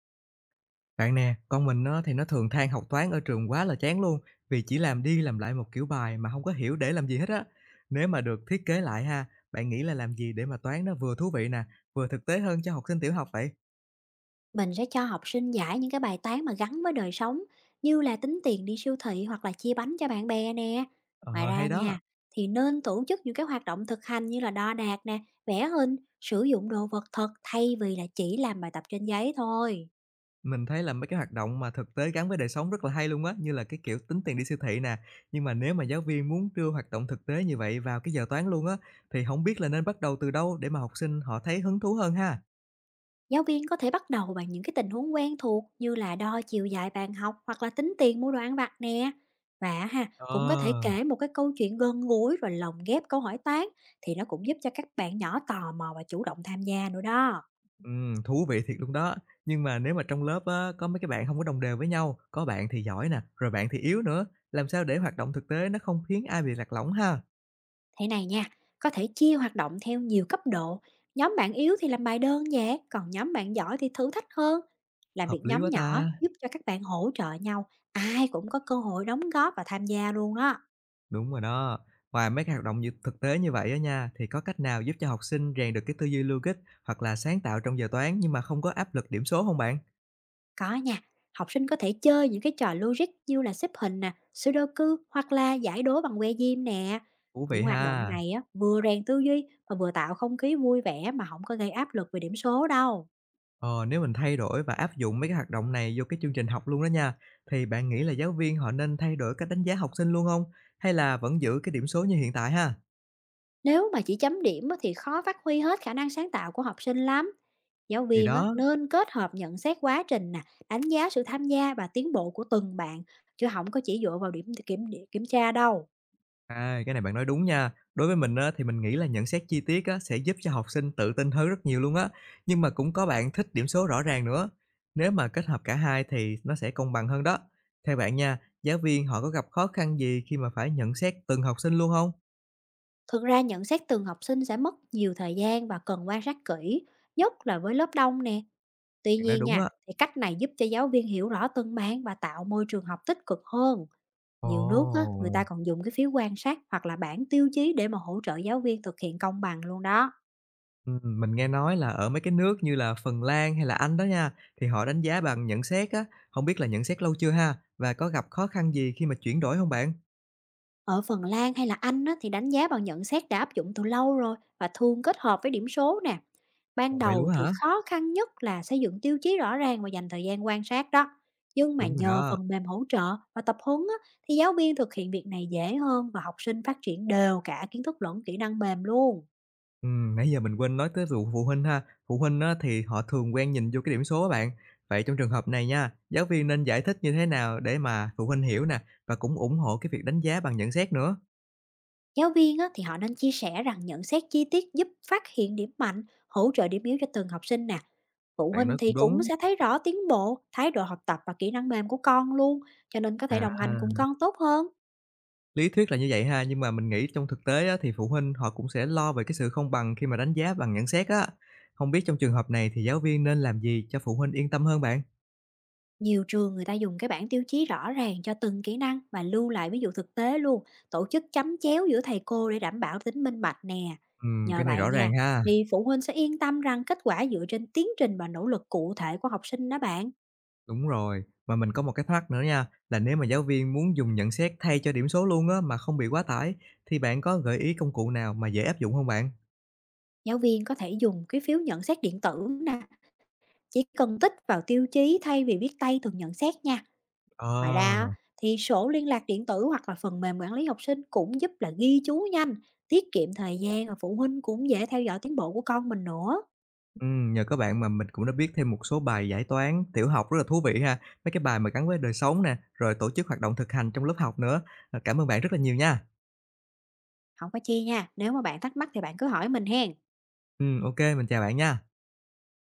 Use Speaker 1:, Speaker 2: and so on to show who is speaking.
Speaker 1: Bạn nè, con mình nó thì nó thường than học toán ở trường quá là chán luôn, vì chỉ làm đi làm lại một kiểu bài mà không có hiểu để làm gì hết á. Nếu mà được thiết kế lại ha, bạn nghĩ là làm gì để mà toán nó vừa thú vị nè, vừa thực tế hơn cho học sinh tiểu học vậy?
Speaker 2: Mình sẽ cho học sinh giải những cái bài toán mà gắn với đời sống như là tính tiền đi siêu thị hoặc là chia bánh cho bạn bè nè. Ngoài
Speaker 1: Ờ
Speaker 2: ra
Speaker 1: hay đó.
Speaker 2: nha, thì nên tổ chức những cái hoạt động thực hành như là đo đạc nè, vẽ hình, sử dụng đồ vật thật thay vì là chỉ làm bài tập trên giấy thôi.
Speaker 1: Mình thấy là mấy cái hoạt động mà thực tế gắn với đời sống rất là hay luôn á, như là cái kiểu tính tiền đi siêu thị nè. Nhưng mà nếu mà giáo viên muốn đưa hoạt động thực tế như vậy vào cái giờ toán luôn á, thì không biết là nên bắt đầu từ đâu để mà học sinh họ thấy hứng thú hơn ha.
Speaker 2: Giáo viên có thể bắt đầu bằng những cái tình huống quen thuộc như là đo chiều dài bàn học hoặc là tính tiền mua đồ ăn vặt nè. Và ha, cũng có thể
Speaker 1: Ờ.
Speaker 2: kể một cái câu chuyện gần gũi rồi lồng ghép câu hỏi toán thì nó cũng giúp cho các bạn nhỏ tò mò và chủ động tham gia nữa đó.
Speaker 1: Thú vị thiệt luôn đó. Nhưng mà nếu mà trong lớp á, có mấy cái bạn không có đồng đều với nhau, có bạn thì giỏi nè, rồi bạn thì yếu nữa, làm sao để hoạt động thực tế nó không khiến ai bị lạc lõng ha?
Speaker 2: Thế này nha, có thể chia hoạt động theo nhiều cấp độ. Nhóm bạn yếu thì làm bài đơn nhẹ, còn nhóm bạn giỏi thì thử thách hơn. Làm
Speaker 1: Hợp
Speaker 2: việc
Speaker 1: lý
Speaker 2: nhóm
Speaker 1: quá
Speaker 2: nhỏ
Speaker 1: ta.
Speaker 2: giúp cho các bạn hỗ trợ nhau, ai cũng có cơ hội đóng góp và tham gia luôn đó.
Speaker 1: Đúng rồi đó. Ngoài mấy cái hoạt động như thực tế như vậy á nha, thì có cách nào giúp cho học sinh rèn được cái tư duy logic hoặc là sáng tạo trong giờ toán nhưng mà không có áp lực điểm số không bạn?
Speaker 2: Có nha, học sinh có thể chơi những cái trò logic như là xếp hình nè, sudoku hoặc là giải đố bằng que diêm nè.
Speaker 1: Thú
Speaker 2: Những
Speaker 1: vị
Speaker 2: hoạt động
Speaker 1: ha.
Speaker 2: này á, vừa rèn tư duy và vừa tạo không khí vui vẻ mà không có gây áp lực về điểm số đâu.
Speaker 1: Ờ, nếu mình thay đổi và áp dụng mấy cái hoạt động này vô cái chương trình học luôn đó nha, thì bạn nghĩ là giáo viên họ nên thay đổi cách đánh giá học sinh luôn không? Hay là vẫn giữ cái điểm số như hiện tại ha?
Speaker 2: Nếu mà chỉ chấm điểm á, thì khó phát huy hết khả năng sáng tạo của học sinh lắm. Giáo
Speaker 1: Thì
Speaker 2: viên á,
Speaker 1: đó,
Speaker 2: nên kết hợp nhận xét quá trình nè, đánh giá sự tham gia và tiến bộ của từng bạn, chứ không có chỉ dựa vào điểm kiểm kiểm tra đâu.
Speaker 1: à, cái này bạn nói đúng nha. Đối với mình á, thì mình nghĩ là nhận xét chi tiết á, sẽ giúp cho học sinh tự tin hơn rất nhiều luôn á, nhưng mà cũng có bạn thích điểm số rõ ràng nữa. Nếu mà kết hợp cả hai thì nó sẽ công bằng hơn đó. Theo bạn nha, giáo viên họ có gặp khó khăn gì khi mà phải nhận xét từng học sinh luôn không?
Speaker 2: Thực ra nhận xét từng học sinh sẽ mất nhiều thời gian và cần quan sát kỹ, nhất là với lớp đông nè. Tuy
Speaker 1: Bạn nói
Speaker 2: nhiên
Speaker 1: đúng
Speaker 2: nha,
Speaker 1: á.
Speaker 2: thì cách này giúp cho giáo viên hiểu rõ từng bạn và tạo môi trường học tích cực hơn. Nhiều nước á, người
Speaker 1: Ồ!
Speaker 2: ta còn dùng cái phiếu quan sát hoặc là bảng tiêu chí để mà hỗ trợ giáo viên thực hiện công bằng luôn đó.
Speaker 1: Mình nghe nói là ở mấy cái nước như là Phần Lan hay là Anh đó nha, thì họ đánh giá bằng nhận xét á, không biết là nhận xét lâu chưa ha? Và có gặp khó khăn gì khi mà chuyển đổi không bạn?
Speaker 2: Ở Phần Lan hay là Anh á, thì đánh giá bằng nhận xét đã áp dụng từ lâu rồi và thường kết hợp với điểm số nè. Ban
Speaker 1: Ồ, vậy luôn
Speaker 2: đầu
Speaker 1: á
Speaker 2: thì
Speaker 1: hả?
Speaker 2: khó khăn nhất là xây dựng tiêu chí rõ ràng và dành thời gian quan sát đó. Nhưng mà
Speaker 1: Đúng rồi
Speaker 2: nhờ
Speaker 1: đó.
Speaker 2: phần mềm hỗ trợ và tập huấn á, thì giáo viên thực hiện việc này dễ hơn và học sinh phát triển đều cả kiến thức lẫn kỹ năng mềm luôn.
Speaker 1: Nãy giờ mình quên nói tới vụ phụ huynh ha. Phụ huynh á, thì họ thường quen nhìn vô cái điểm số á bạn. Vậy trong trường hợp này nha, giáo viên nên giải thích như thế nào để mà phụ huynh hiểu nè, và cũng ủng hộ cái việc đánh giá bằng nhận xét nữa?
Speaker 2: Giáo viên á, thì họ nên chia sẻ rằng nhận xét chi tiết giúp phát hiện điểm mạnh, hỗ trợ điểm yếu cho từng học sinh nè. Phụ
Speaker 1: Bạn
Speaker 2: huynh
Speaker 1: nói
Speaker 2: thì
Speaker 1: cũng
Speaker 2: cũng
Speaker 1: đúng.
Speaker 2: sẽ thấy rõ tiến bộ, thái độ học tập và kỹ năng mềm của con luôn, cho nên có thể đồng hành
Speaker 1: À.
Speaker 2: cùng con tốt hơn.
Speaker 1: Lý thuyết là như vậy ha, nhưng mà mình nghĩ trong thực tế á, thì phụ huynh họ cũng sẽ lo về cái sự không bằng khi mà đánh giá bằng nhận xét á. Không biết trong trường hợp này thì giáo viên nên làm gì cho phụ huynh yên tâm hơn bạn?
Speaker 2: Nhiều trường người ta dùng cái bảng tiêu chí rõ ràng cho từng kỹ năng và lưu lại ví dụ thực tế luôn, tổ chức chấm chéo giữa thầy cô để đảm bảo tính minh bạch nè. Nhờ
Speaker 1: Cái này
Speaker 2: vậy
Speaker 1: rõ ràng
Speaker 2: nha,
Speaker 1: ha.
Speaker 2: thì phụ huynh sẽ yên tâm rằng kết quả dựa trên tiến trình và nỗ lực cụ thể của học sinh đó bạn.
Speaker 1: Đúng rồi. Mà mình có một cái thắc nữa nha, là nếu mà giáo viên muốn dùng nhận xét thay cho điểm số luôn á mà không bị quá tải thì bạn có gợi ý công cụ nào mà dễ áp dụng không bạn?
Speaker 2: Giáo viên có thể dùng cái phiếu nhận xét điện tử nè, chỉ cần tích vào tiêu chí thay vì viết tay thường nhận xét nha. Ngoài ra á,
Speaker 1: Ờ.
Speaker 2: thì sổ liên lạc điện tử hoặc là phần mềm quản lý học sinh cũng giúp là ghi chú nhanh, tiết kiệm thời gian và phụ huynh cũng dễ theo dõi tiến bộ của con mình nữa.
Speaker 1: Nhờ các bạn mà mình cũng đã biết thêm một số bài giải toán tiểu học rất là thú vị ha. Mấy cái bài mà gắn với đời sống nè, rồi tổ chức hoạt động thực hành trong lớp học nữa. À, cảm ơn bạn rất là nhiều nha.
Speaker 2: Không có chi nha, nếu mà bạn thắc mắc thì bạn cứ hỏi mình hen.
Speaker 1: Ok mình chào bạn nha.